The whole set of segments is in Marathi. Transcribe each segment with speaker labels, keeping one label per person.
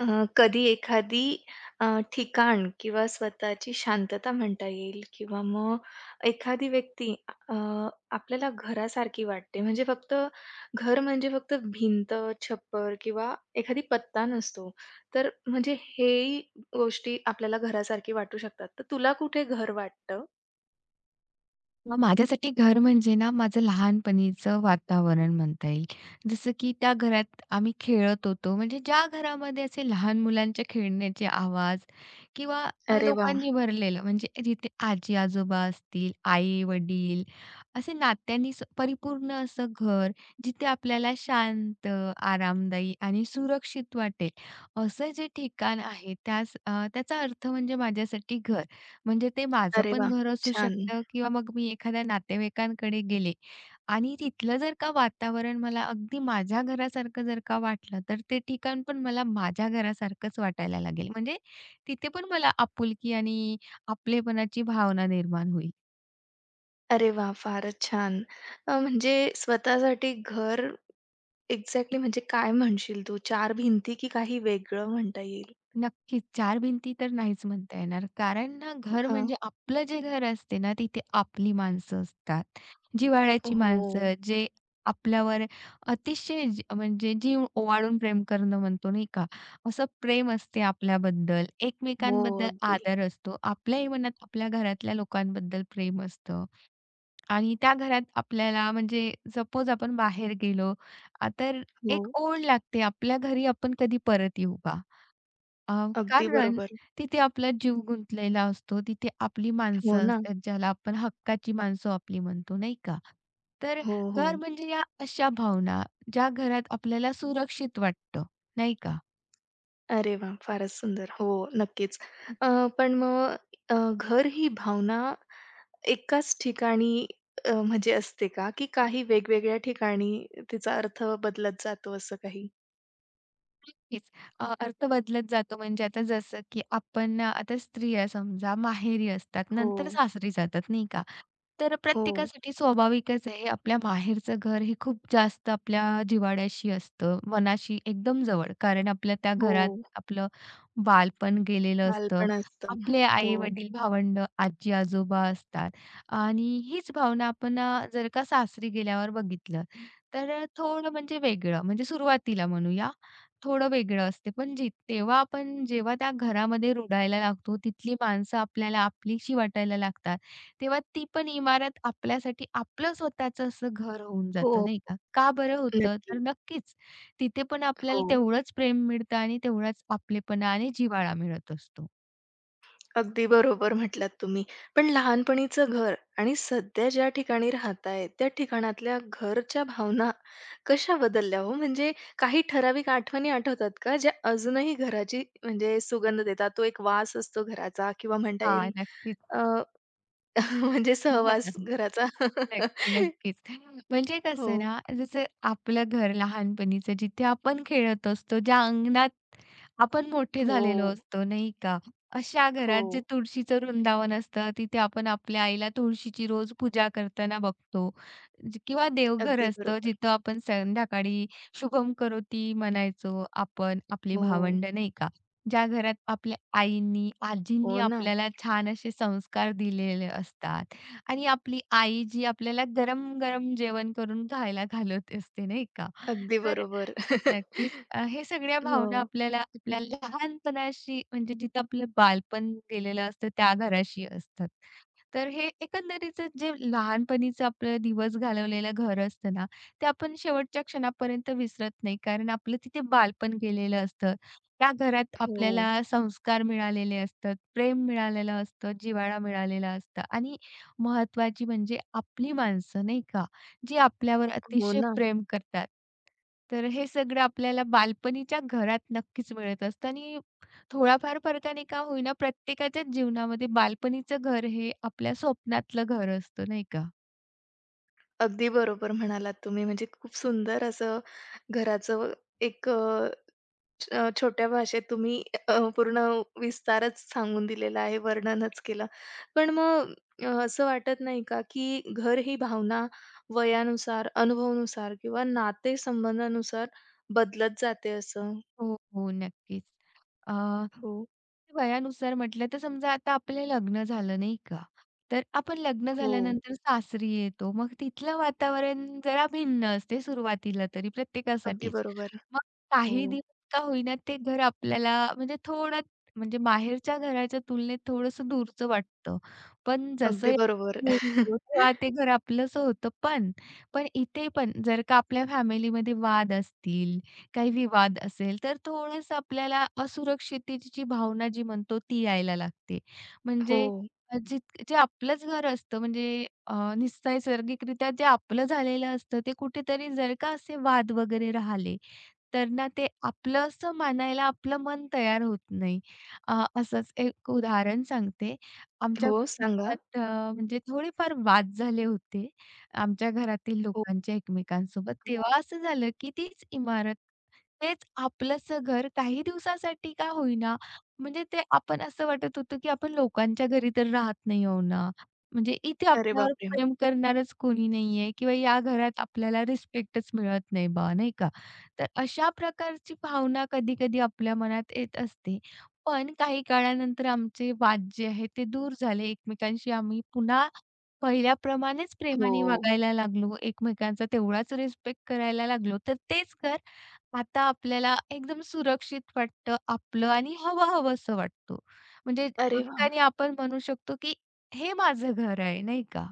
Speaker 1: अ, कधी एखादी अ, ठिकाण किंवा स्वतःची शांतता म्हणता येईल किंवा मग एखादी व्यक्ती अ, आपल्याला घरासारखी वाटते. म्हणजे फक्त घर म्हणजे फक्त भिंत, छप्पर किंवा एखादी पत्ता नसतो. तर म्हणजे हेही गोष्टी आपल्याला घरासारखी वाटू शकतात. तर तुला कुठे घर वाटतं?
Speaker 2: मग माझ्यासाठी घर म्हणजे ना, माझं लहानपणीचं वातावरण म्हणता येईल. जसं की त्या घरात आम्ही खेळत होतो. म्हणजे ज्या घरामध्ये असे लहान मुलांच्या खेळण्याचे आवाज किंवा
Speaker 1: अरे वाह!
Speaker 2: लोकांनी भरलेलं म्हणजे जिथे आजी-आजोबा असतील, आई-वडील असे नात्यांनी परिपूर्ण असं घर, जिथे आपल्याला शांत, आरामदायी आणि सुरक्षित वाटेल, असं जे ठिकाण आहे त्यास त्याचा अर्थ म्हणजे माझ्यासाठी घर. म्हणजे ते माझं
Speaker 1: अरे
Speaker 2: पण
Speaker 1: वाह!
Speaker 2: घर असू
Speaker 1: छान.
Speaker 2: शकतं किंवा मग मी एखाद्या नातेवाईकांकडे गेले आणि तिथलं जर का वातावरण मला अगदी माझ्या घरासारखं जर का वाटलं, तर ते ठिकाण पण मला माझ्या घरासारखंच वाटायला लागेल. म्हणजे तिथे पण मला आपुलकी आणि आपलेपणाची भावना निर्माण होईल.
Speaker 1: अरे वाह! फारच छान. म्हणजे स्वतःसाठी घर एक्झॅक्टली म्हणजे काय म्हणशील तू? चार भिंती की काही वेगळं म्हणता येईल?
Speaker 2: नक्कीच. 4 भिंती तर नाहीच म्हणता येणार. कारण ना, घर
Speaker 1: हां.
Speaker 2: म्हणजे आपलं जे घर असते ना, तिथे आपली माणसं असतात.
Speaker 1: हो,
Speaker 2: जिव्हाळ्याची
Speaker 1: हो.
Speaker 2: माणसं, जे आपल्यावर अतिशय म्हणजे जीव ओवाळून प्रेम करणं म्हणतो नाही का, असं प्रेम असते आपल्याबद्दल, एकमेकांबद्दल
Speaker 1: अगदी.
Speaker 2: आदर असतो. आपल्याही मनात आपल्या घरातल्या लोकांबद्दल प्रेम असतं आणि त्या घरात आपल्याला म्हणजे सपोज आपण बाहेर गेलो, तर एक
Speaker 1: हो.
Speaker 2: ओढ लागते, आपल्या घरी आपण कधी परत येऊ बा. अ,
Speaker 1: अगदी
Speaker 2: कारण
Speaker 1: बरोबर.
Speaker 2: तिथे आपला जीव गुंतलेला असतो. तिथे आपली
Speaker 1: हो
Speaker 2: माणसं
Speaker 1: ना.
Speaker 2: असतात, ज्याला आपण हक्काची माणसं आपली म्हणतो, नाही का? तर
Speaker 1: हो, हो.
Speaker 2: घर म्हणजे या अशा भावना, ज्या घरात आपल्याला सुरक्षित वाटतं, नाही का?
Speaker 1: अरे वाह! फारच सुंदर. हो, नक्कीच. अ, पण मग घर ही भावना एकाच ठिकाणी म्हणजे असते का? की काही वेगवेगळ्या ठिकाणी तिचा अर्थ बदलत जातो असं काही?
Speaker 2: नक्कीच. अर्थ बदलत जातो म्हणजे आता जसं की आपण आता स्त्रिया समजा माहेरी असतात,
Speaker 1: हो,
Speaker 2: नंतर सासरी जातात नाही का? तर
Speaker 1: हो,
Speaker 2: प्रत्येकासाठी स्वाभाविकच आहे आपल्या माहेरचं घर हे खूप जास्त आपल्या जिव्हाळ्याशी असतं, मनाशी एकदम जवळ. कारण आपल्या त्या
Speaker 1: हो.
Speaker 2: घरात आपलं बालपण गेलेलं असतं.
Speaker 1: बालपण असतं.
Speaker 2: आपले
Speaker 1: हो,
Speaker 2: आई-वडील, भावंड, आजी-आजोबा असतात आणि हीच भावना आपण जर का सासरी गेल्यावर बघितलं, तर थोडं म्हणजे वेगळं म्हणजे सुरुवातीला म्हणूया थोडं वेगळं असते. पण जी तेव्हा आपण जेव्हा त्या घरामध्ये रुळायला लागतो, तिथली माणसं आपल्याला आपलीशी वाटायला लागतात, तेव्हा ती पण इमारत आपल्यासाठी आपलं स्वतःचं असं घर होऊन जातं,
Speaker 1: हो.
Speaker 2: नाही का? का बरं होतं? तर
Speaker 1: नक्की.
Speaker 2: नक्कीच तिथे पण आपल्याला
Speaker 1: हो.
Speaker 2: तेवढंच प्रेम मिळतं आणि तेवढाच आपलेपणा आणि जिव्हाळा मिळत असतो.
Speaker 1: अगदी बरोबर म्हटलात तुम्ही. पण लहानपणीचं घर आणि सध्या ज्या ठिकाणी राहताय, त्या ठिकाणातल्या घरच्या भावना कशा बदलल्या हो? म्हणजे काही ठराविक आठवणी आठवतात का, ज्या अजूनही घराची म्हणजे सुगंध देतात? तो एक वास असतो घराचा किंवा म्हणता
Speaker 2: हां,
Speaker 1: येईल
Speaker 2: नक्कीच.
Speaker 1: अ, म्हणजे सहवास घराचा.
Speaker 2: नक्की, नक्कीच. म्हणजे
Speaker 1: हो,
Speaker 2: कसं ना, जसं आपलं घर लहानपणीचं जिथे आपण खेळत असतो, ज्या अंगणात आपण मोठे
Speaker 1: हो,
Speaker 2: झालेलो असतो, नाही का? अशा घरात जे
Speaker 1: हो.
Speaker 2: तुळशीचं वृंदावन असतं, तिथे आपण आपल्या आईला तुळशीची रोज पूजा करताना बघतो. किंवा देवघर
Speaker 1: अगदी
Speaker 2: असतं,
Speaker 1: बरोबर.
Speaker 2: जिथं आपण संध्याकाळी शुभम करोती म्हणायचो आपण, आपली
Speaker 1: हो,
Speaker 2: भावंड नाही का? ज्या घरात आपल्या आईंनी, आजींनी
Speaker 1: हो ना.
Speaker 2: आपल्याला छान असे संस्कार दिलेले असतात. आणि आपली आई जी आपल्याला गरम-गरम जेवण करून खायला घालत असते, नाही का?
Speaker 1: अगदी
Speaker 2: तर
Speaker 1: बरोबर.
Speaker 2: नक्कीच हे सगळ्या
Speaker 1: हो,
Speaker 2: भावना आपल्याला आपल्या लहानपणाशी म्हणजे जिथं आपलं बालपण गेलेलं असतं त्या घराशी असतात. तर हे एकंदरीत जे लहानपणीचं आपलं दिवस घालवलेलं घर असतं ना, ते आपण शेवटच्या क्षणापर्यंत विसरत नाही. कारण आपलं तिथे बालपण गेलेलं असतं. त्या घरात
Speaker 1: हो,
Speaker 2: आपल्याला संस्कार मिळालेले असतात, प्रेम मिळालेलं असतं, जिव्हाळा मिळालेला असतं आणि महत्त्वाची म्हणजे आपली माणसं नाही का, जी आपल्यावर
Speaker 1: हो
Speaker 2: अतिशय
Speaker 1: ना.
Speaker 2: प्रेम करतात. तर हे सगळं आपल्याला बालपणीच्या घरात नक्कीच मिळत असतं आणि थोड्याफार फरकाने का होईना प्रत्येकाच्याच जीवनामध्ये बालपणीचं घर हे आपल्या स्वप्नातलं घर असतं नाही का?
Speaker 1: अगदी बरोबर म्हणालात तुम्ही. म्हणजे खूप सुंदर असं घराचं एक छोट्या भाषेत तुम्ही पूर्ण विस्तारच सांगून दिलेला आहे, वर्णनच केलं. पण मग असं वाटत नाही का, की घर ही भावना वयानुसार, अनुभवानुसार किंवा नातेसंबंधानुसार बदलत जाते असं?
Speaker 2: हो. हो, नक्कीच.
Speaker 1: हो,
Speaker 2: वयानुसार म्हटलं तर समजा आता आपलं लग्न झालं नाही का? तर आपण लग्न
Speaker 1: हो.
Speaker 2: झाल्यानंतर सासरी येतो. मग तिथलं वातावरण जरा भिन्न असते सुरुवातीला तरी
Speaker 1: अगदी
Speaker 2: प्रत्येकासाठीच.
Speaker 1: बरोबर.
Speaker 2: मग
Speaker 1: हो,
Speaker 2: काही दिवस का होईना ते घर आपल्याला म्हणजे थोडं म्हणजे माहेरच्या घराच्या तुलनेत थोडंसं दूरचं वाटतं. पण
Speaker 1: अगदी
Speaker 2: जसं
Speaker 1: बरोबर.
Speaker 2: मोडतो तेव्हा ते घर आपलंसं होतं. पण इथे पण जर का आपल्या फॅमिलीमध्ये वाद असतील काही विवाद असेल, तर थोडंसं आपल्याला असुरक्षिततेची भावना जी म्हणतो ती यायला लागते. म्हणजे
Speaker 1: हो,
Speaker 2: अ, जित जे आपलंच घर असतं म्हणजे अ, निस नैसर्गिकरित्या जे आपलं झालेलं असतं, ते कुठेतरी जर का असे वाद वगैरे राहिले, तर ना ते आपलंसं मानायला आपलं मन तयार होत नाही. असंच एक उदाहरण सांगते. आमच्या
Speaker 1: हो. सांगा.
Speaker 2: कुटुंबात म्हणजे थोडेफार वाद झाले होते आमच्या घरातील
Speaker 1: हो.
Speaker 2: लोकांच्या एकमेकांसोबत.
Speaker 1: हां.
Speaker 2: तेव्हा असं झालं की तीच इमारत, तेच आपलंसं घर काही दिवसासाठी का होईना, म्हणजे ते आपण असं वाटत होतं की आपण लोकांच्या घरी तर राहत नाही आहो ना. म्हणजे इथे
Speaker 1: अरे
Speaker 2: आपल्यावर
Speaker 1: बापरे!
Speaker 2: प्रेम करणारच कोणी नाहीये किंवा या घरात आपल्याला रिस्पेक्टच मिळत नाही बा, नाही का? तर अशा प्रकारची भावना कधी-कधी आपल्या मनात येत असते. पण काही काळानंतर आमचे वाद जे आहेत ते दूर झाले. एकमेकांशी आम्ही पुन्हा पहिल्याप्रमाणेच प्रेमाने
Speaker 1: हो.
Speaker 2: वागायला लागलो. एकमेकांचा तेवढाच रिस्पेक्ट करायला लागलो. तर तेच घर आता आपल्याला एकदम सुरक्षित वाटतं आपलं आणि हवं-हवंसं वाटतो. म्हणजे
Speaker 1: अरे वाह!
Speaker 2: हक्काने आपण म्हणू शकतो की हे माझं घर आहे, नाही का?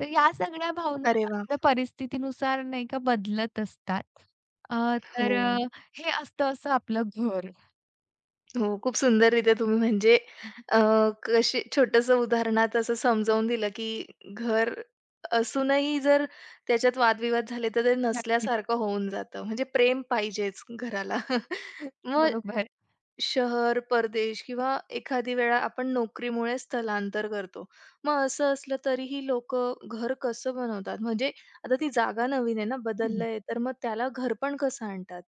Speaker 2: तर या सगळ्या भावना
Speaker 1: अरे वाह!
Speaker 2: आपल्या परिस्थितीनुसार नाही का बदलत असतात. अ,
Speaker 1: हो,
Speaker 2: तर अ, हे असतं असं आपलं घर.
Speaker 1: हो. खूप सुंदररीत्या तुम्ही म्हणजे अ, कशी छोटंसं उदाहरणात असं समजावून दिलं, की घर असूनही जर त्याच्यात वादविवाद झाले, तर ते
Speaker 2: नक्कीच.
Speaker 1: नसल्यासारखं होऊन जातं. म्हणजे प्रेम पाहिजेच घराला. मग
Speaker 2: बरोबर.
Speaker 1: शहर, परदेश किंवा एखादी वेळा आपण नोकरीमुळे स्थलांतर करतो. मग असं असलं तरीही लोकं घर कसं बनवतात? म्हणजे आता ती जागा नवीन आहे ना, बदललंय, तर मग त्याला घरपण कसं आणतात?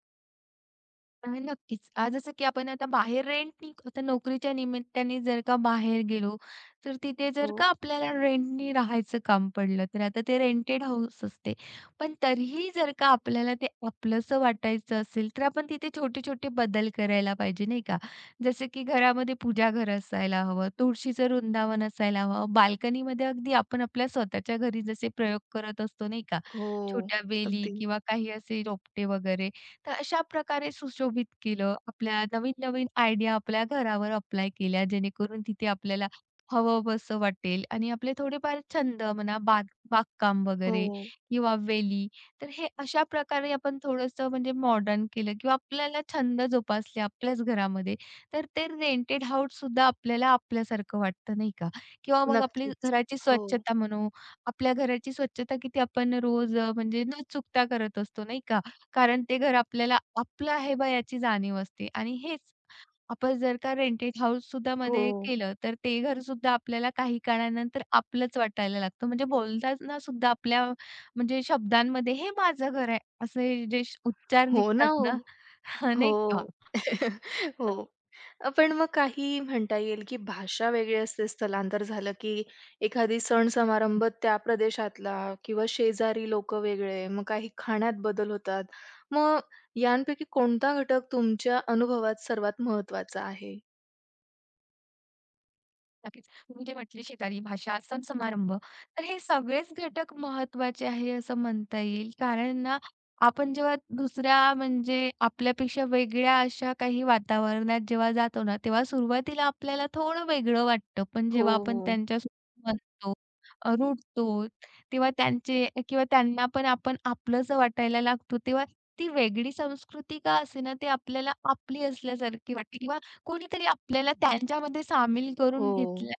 Speaker 2: नक्कीच. जसं की आपण आता बाहेर रेंटनी आता नोकरीच्या निमित्ताने जर का बाहेर गेलो, तर तिथे जर
Speaker 1: हो.
Speaker 2: का आपल्याला रेंटनी राहायचं काम पडलं, तर आता ते रेंटेड हाऊस असते. पण तरीही जर का आपल्याला ते आपलंसं वाटायचं असेल, तर आपण तिथे छोटे-छोटे बदल करायला पाहिजे, नाही का? जसं की घरामध्ये पूजाघर असायला हवं, तुळशीचं वृंदावन असायला हवं, बाल्कनीमध्ये अगदी आपण आपल्या स्वतःच्या घरी जसे प्रयोग करत असतो, नाही का?
Speaker 1: हो,
Speaker 2: छोट्या वेली
Speaker 1: अगदी.
Speaker 2: किंवा काही असे रोपटे वगैरे, तर अशा प्रकारे सुशोभित केलं. आपल्या नवीन-नवीन आयडिया आपल्या घरावर अप्लाय केल्या, जेणेकरून तिथे आपल्याला हवं-हवंसं वाटेल आणि आपले थोडेफार छंद म्हणा, बागकाम
Speaker 1: हो,
Speaker 2: वगैरे किंवा वेली, तर हे अशा प्रकारे आपण थोडंसं म्हणजे मॉडर्न केलं किंवा आपल्याला छंद जोपासले आपल्याच घरामध्ये, तर ते रेंटेड हाऊससुद्धा आपल्याला आपल्यासारखं वाटतं, नाही का? किंवा मग आपली
Speaker 1: नक्कीच.
Speaker 2: घराची
Speaker 1: हो,
Speaker 2: स्वच्छता म्हणू, आपल्या घराची स्वच्छता किती आपण रोज म्हणजे न चुकता करत असतो, नाही का? कारण ते घर आपल्याला आपलं आहे बा याची जाणीव असते आणि हेच आपण जर का रेंटेड हाऊस सुद्धा मध्ये
Speaker 1: हो,
Speaker 2: केलं, तर ते घरसुद्धा आपल्याला काही काळानंतर आपलंच वाटायला लागतं. म्हणजे बोलतानासुद्धा आपल्या म्हणजे शब्दांमध्ये हे माझं घर आहे असे जे उच्चार
Speaker 1: हो ना
Speaker 2: निघतात
Speaker 1: हो.
Speaker 2: ना, नाही का?
Speaker 1: हो, हो. पण मग काही म्हणता येईल, की भाषा वेगळी असते स्थलांतर झालं, की एखादी सण समारंभ त्या प्रदेशातला किंवा शेजारी लोक वेगळे, मग काही खाण्यात बदल होतात. मग यांपैकी कोणता घटक तुमच्या अनुभवात सर्वात महत्त्वाचा आहे?
Speaker 2: नक्कीच. तुम्ही जे म्हटले शेजारी भाषा, सण-समारंभ, तर हे सगळेच घटक महत्त्वाचे आहे असं म्हणता येईल. कारण ना, आपण जेव्हा दुसऱ्या म्हणजे आपल्यापेक्षा वेगळ्या अशा काही वातावरणात जेव्हा जातो ना, तेव्हा सुरुवातीला आपल्याला थोडं वेगळं वाटतं. पण
Speaker 1: हो,
Speaker 2: जेव्हा आपण
Speaker 1: हो,
Speaker 2: त्यांच्यासोबत बनतो, रुळतो, तेव्हा त्यांचे किंवा त्यांना पण आपण आपलंसं वाटायला लागतो. तेव्हा ती वेगळी संस्कृती का असेना, ते आपल्याला आपली असल्यासारखी वाटते. कोणीतरी आपल्याला त्यांच्यामध्ये सामील करून
Speaker 1: हो.
Speaker 2: घेतलं.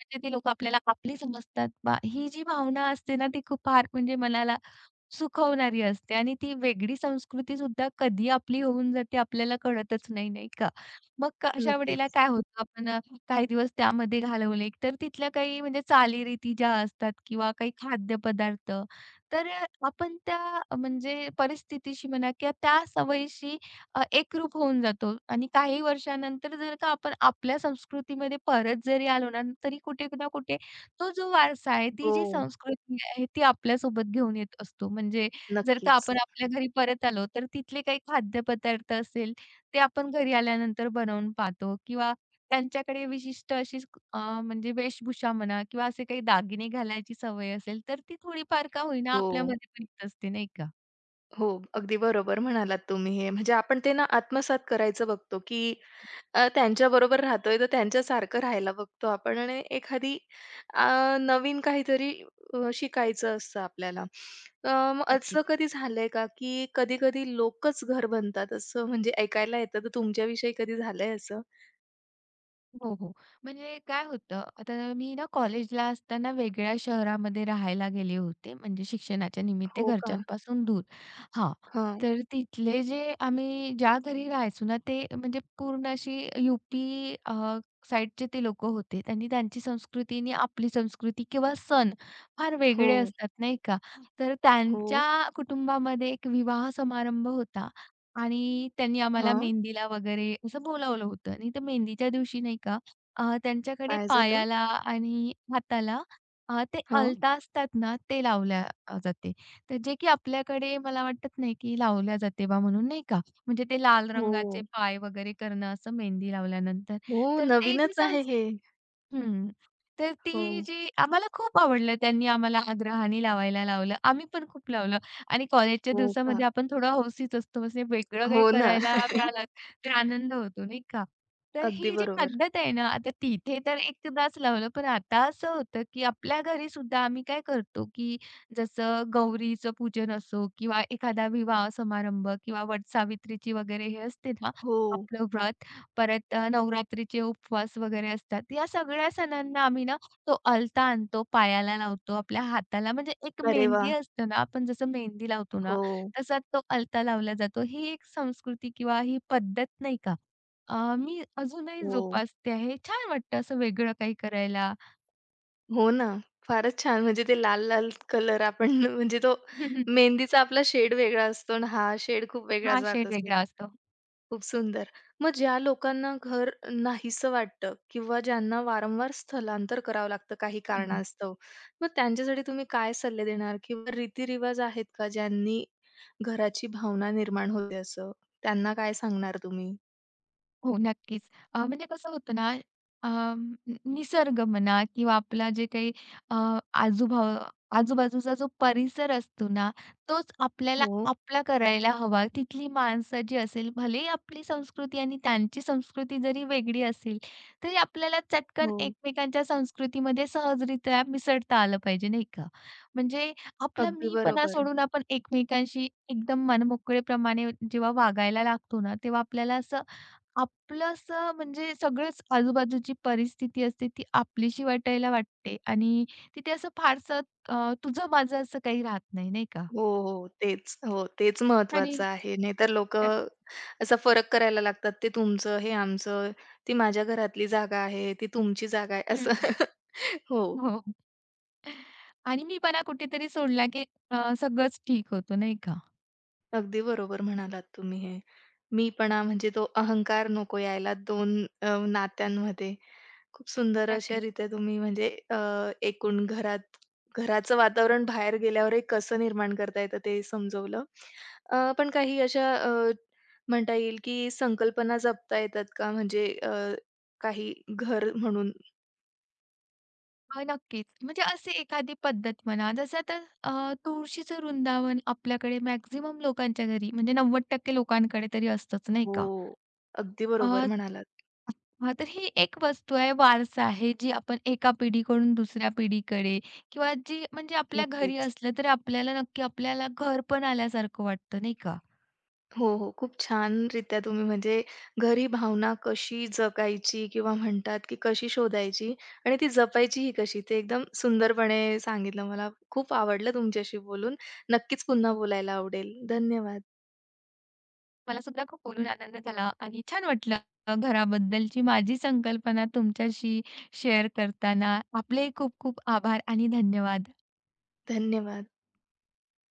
Speaker 2: म्हणजे ते लोकं आपल्याला आपली समजतात बा ही जी भावना असते ना, ती खूप फार म्हणजे मनाला सुखवणारी असते आणि ती वेगळी संस्कृती सुद्धा कधी आपली होऊन जाते आपल्याला कळतच नाही, नाही का? मग अशा वेळेला
Speaker 1: नक्कीच.
Speaker 2: काय होतं आपण काही दिवस त्यामध्ये घालवले, तर तिथल्या काही म्हणजे चालीरीती ज्या असतात किंवा काही खाद्यपदार्थ, तर आपण त्या म्हणजे परिस्थितीशी म्हणा किंवा त्या सवयीशी एकरूप होऊन जातो आणि काही वर्षानंतर जर का आपण आपल्या संस्कृतीमध्ये परत जरी आलो ना, तरी कुठे ना कुठे तो जो वारसा आहे, ती जी
Speaker 1: हो,
Speaker 2: संस्कृती आहे, ती आपल्यासोबत घेऊन येत असतो. म्हणजे जर का
Speaker 1: नक्कीच.
Speaker 2: आपण आपल्या घरी परत आलो, तर तिथले काही खाद्यपदार्थ असेल, ते आपण घरी आल्यानंतर बनवून पाहतो किंवा त्यांच्याकडे विशिष्ट अशी म्हणजे वेशभूषा म्हणा किंवा असे काही दागिने घालायची सवय असेल, तर ती थोडीफार का होईना
Speaker 1: हो.
Speaker 2: आपल्यामध्ये पण येत असते, नाही का?
Speaker 1: हो, अगदी बरोबर म्हणालात तुम्ही हे. म्हणजे आपण ते ना आत्मसात करायचं बघतो, की त्यांच्याबरोबर राहतोय तर त्यांच्यासारखं राहायला बघतो आपण आणि एखादी अ, नवीन काहीतरी शिकायचं असतं आपल्याला. अ, मग असं कधी झालंय का, की कधी-कधी लोकच घर बनतात असं म्हणजे ऐकायला येतं, तर तुमच्याविषयी कधी झालंय असं?
Speaker 2: हो, हो. म्हणजे काय होतं, आता मी ना कॉलेजला असताना वेगळ्या शहरामध्ये राहायला गेले होते, म्हणजे शिक्षणाच्या निमित्त
Speaker 1: हो का?
Speaker 2: घरच्यांपासून दूर. हां,
Speaker 1: हां.
Speaker 2: तर तिथले जे आम्ही ज्या घरी राहायचो ना, ते म्हणजे पूर्ण अशी यू-पी साइडचे ते लोकं होते आणि त्यांची संस्कृती आणि आपली संस्कृती किंवा सण फार वेगळे
Speaker 1: हो,
Speaker 2: असतात, नाही का? तर
Speaker 1: हो.
Speaker 2: त्यांच्या कुटुंबामध्ये एक विवाह समारंभ होता आणि त्यांनी आम्हाला
Speaker 1: हां.
Speaker 2: मेहंदीला वगैरे असं बोलावलं होतं आणि त्या मेहंदीच्या दिवशी नाही का त्यांच्याकडे
Speaker 1: काय झालं?
Speaker 2: पायाला आणि हाताला ते
Speaker 1: हां.
Speaker 2: अलता असतात ना, ते लावल्या जाते. तर जे की आपल्याकडे मला वाटत नाही की लावल्या जाते बा म्हणून नाही का? म्हणजे ते लाल रंगाचे
Speaker 1: हो.
Speaker 2: पाय वगैरे करणं असं मेहंदी लावल्यानंतर.
Speaker 1: हो,
Speaker 2: तर ते जी
Speaker 1: नवीनच आहे
Speaker 2: संस्कृती
Speaker 1: हे.
Speaker 2: हं. तर
Speaker 1: हो.
Speaker 2: ती जी आम्हाला खूप आवडलं. त्यांनी आम्हाला आग्रहाने लावायला लावलं. आम्ही पण खूप लावलं आणि कॉलेजच्या
Speaker 1: हो का?
Speaker 2: दिवसामध्ये आपण थोडं हौसीच असतो. म्हणजे वेगळं काही
Speaker 1: हो ना.
Speaker 2: करायला मिळालं तर आनंद होतो, नाही का? तर
Speaker 1: अगदी
Speaker 2: ही जी
Speaker 1: बरोबर.
Speaker 2: पद्धत आहे ना, आता तिथे तर एकदाच लावलं, पण आता असं होतं, की आपल्या घरी सुद्धा आम्ही काय करतो, की जसं गौरीचं पूजन असो किंवा एखादा विवाह समारंभ किंवा वटसावित्रीची वगैरे हे असते ना
Speaker 1: हो.
Speaker 2: आपलं व्रत, परत नवरात्रीचे उपवास वगैरे असतात. या सगळ्या सणांना आम्ही ना तो अलता आणतो, पायाला लावतो, आपल्या हाताला म्हणजे एक
Speaker 1: अरे वाह!
Speaker 2: मेहंदी असते ना, आपण जसं मेहंदी लावतो ना,
Speaker 1: हो,
Speaker 2: तसा तो अलता लावला जातो. ही एक संस्कृती किंवा ही पद्धत नाही का, मी अजूनही
Speaker 1: हो.
Speaker 2: जोपासते आहे. छान वाटतं असं वेगळं काही करायला.
Speaker 1: हो ना. फारच छान. म्हणजे ते लाल-लाल कलर आपण म्हणजे तो मेहंदीचा आपला शेड वेगळा असतो आणि हा शेड खूप वेगळा
Speaker 2: हा क्षण
Speaker 1: जात असेल.
Speaker 2: वेगळा असतो.
Speaker 1: खूप सुंदर. मग ज्या लोकांना घर नाहीसं वाटतं किंवा ज्यांना वारंवार स्थलांतर करावं लागतं काही कारणास्तव, मग त्यांच्यासाठी तुम्ही काय सल्ले देणार किंवा रीतिरिवाज आहेत का ज्यांनी घराची भावना निर्माण होते असं? त्यांना काय सांगणार तुम्ही?
Speaker 2: हो, नक्कीच. म्हणजे कसं होतं ना, अ, नि निसर्ग म्हणा किंवा आपला जे काही अ, आजूभा आजूबाजूचा जो परिसर असतो ना, तोच आपल्याला
Speaker 1: हो,
Speaker 2: आपला करायला हवा. तिथली माणसं जी असेल, भलेही आपली संस्कृती आणि त्यांची संस्कृती जरी वेगळी असेल, तरी आपल्याला चटकन
Speaker 1: हो.
Speaker 2: एकमेकांच्या संस्कृतीमध्ये सहजरित्या मिसळता आलं पाहिजे, नाही का? म्हणजे आपला
Speaker 1: अगदी
Speaker 2: मीपणा
Speaker 1: बरोबर.
Speaker 2: सोडून आपण एकमेकांशी एकदम मनमोकळेपणाने जेव्हा वागायला लागतो ना, तेव्हा आपल्याला असं आपलं असं म्हणजे सगळंच आजूबाजूची परिस्थिती असते ती आपलीशी वाटायला वाटते आणि तिथे असं फारसं तुझं माझं असं काही राहत नाही, नाही का?
Speaker 1: हो, हो. हो. तेच. हो, तेच
Speaker 2: आणि
Speaker 1: महत्वाचं आहे. नाहीतर लोकं असा फरक करायला लागतात. ते तुमचं, हे आमचं, ती माझ्या घरातली जागा आहे, ती तुमची जागा आहे असं.
Speaker 2: हं.
Speaker 1: हो.
Speaker 2: हो. आणि मी पणा कुठेतरी सोडला की सगळंच ठीक होतं, नाही का?
Speaker 1: अगदी बरोबर म्हणालात तुम्ही हे. मीपणा म्हणजे तो अहंकार नको यायला 2 नात्यांमध्ये. खूप सुंदर
Speaker 2: नक्कीच.
Speaker 1: अशारीत्या तुम्ही म्हणजे एकूण घरात घराचं वातावरण बाहेर गेल्यावर एक कसं निर्माण करता येतं ते समजवलं. पण काही अशा म्हणता येईल की संकल्पना जपता येतात का? म्हणजे काही घर म्हणून
Speaker 2: हो, नक्कीच. म्हणजे अशी एखादी पद्धत म्हणा जसं आता तुळशीचं वृंदावन आपल्याकडे मॅक्सिमम लोकांच्या घरी म्हणजे 90% लोकांकडे तरी असतंच, नाही
Speaker 1: हो.
Speaker 2: का?
Speaker 1: अगदी
Speaker 2: अ,
Speaker 1: बरोबर म्हणालात.
Speaker 2: हां, तर ही एक वस्तू आहे, वारसा आहे, जी आपण एका पिढीकडून दुसऱ्या पिढीकडे किंवा जी म्हणजे आपल्या घरी
Speaker 1: नक्कीच.
Speaker 2: असलं, तर आपल्याला नक्की आपल्याला घर पण आल्यासारखं वाटतं, नाही का?
Speaker 1: हो, हो. खूप छानरित्या तुम्ही म्हणजे घरी भावना कशी जगायची किंवा म्हणतात, की कशी शोधायची आणि ती जपायची ही कशी, ते एकदम सुंदरपणे सांगितलं. मला खूप आवडलं तुमच्याशी बोलून. नक्कीच पुन्हा बोलायला आवडेल. धन्यवाद,
Speaker 2: मला सुद्धा खूप बोलून आनंद झाला आणि छान वाटलं घराबद्दलची माझी संकल्पना तुमच्याशी शेअर करताना. आपले खूप खूप आभार आणि धन्यवाद.
Speaker 1: धन्यवाद.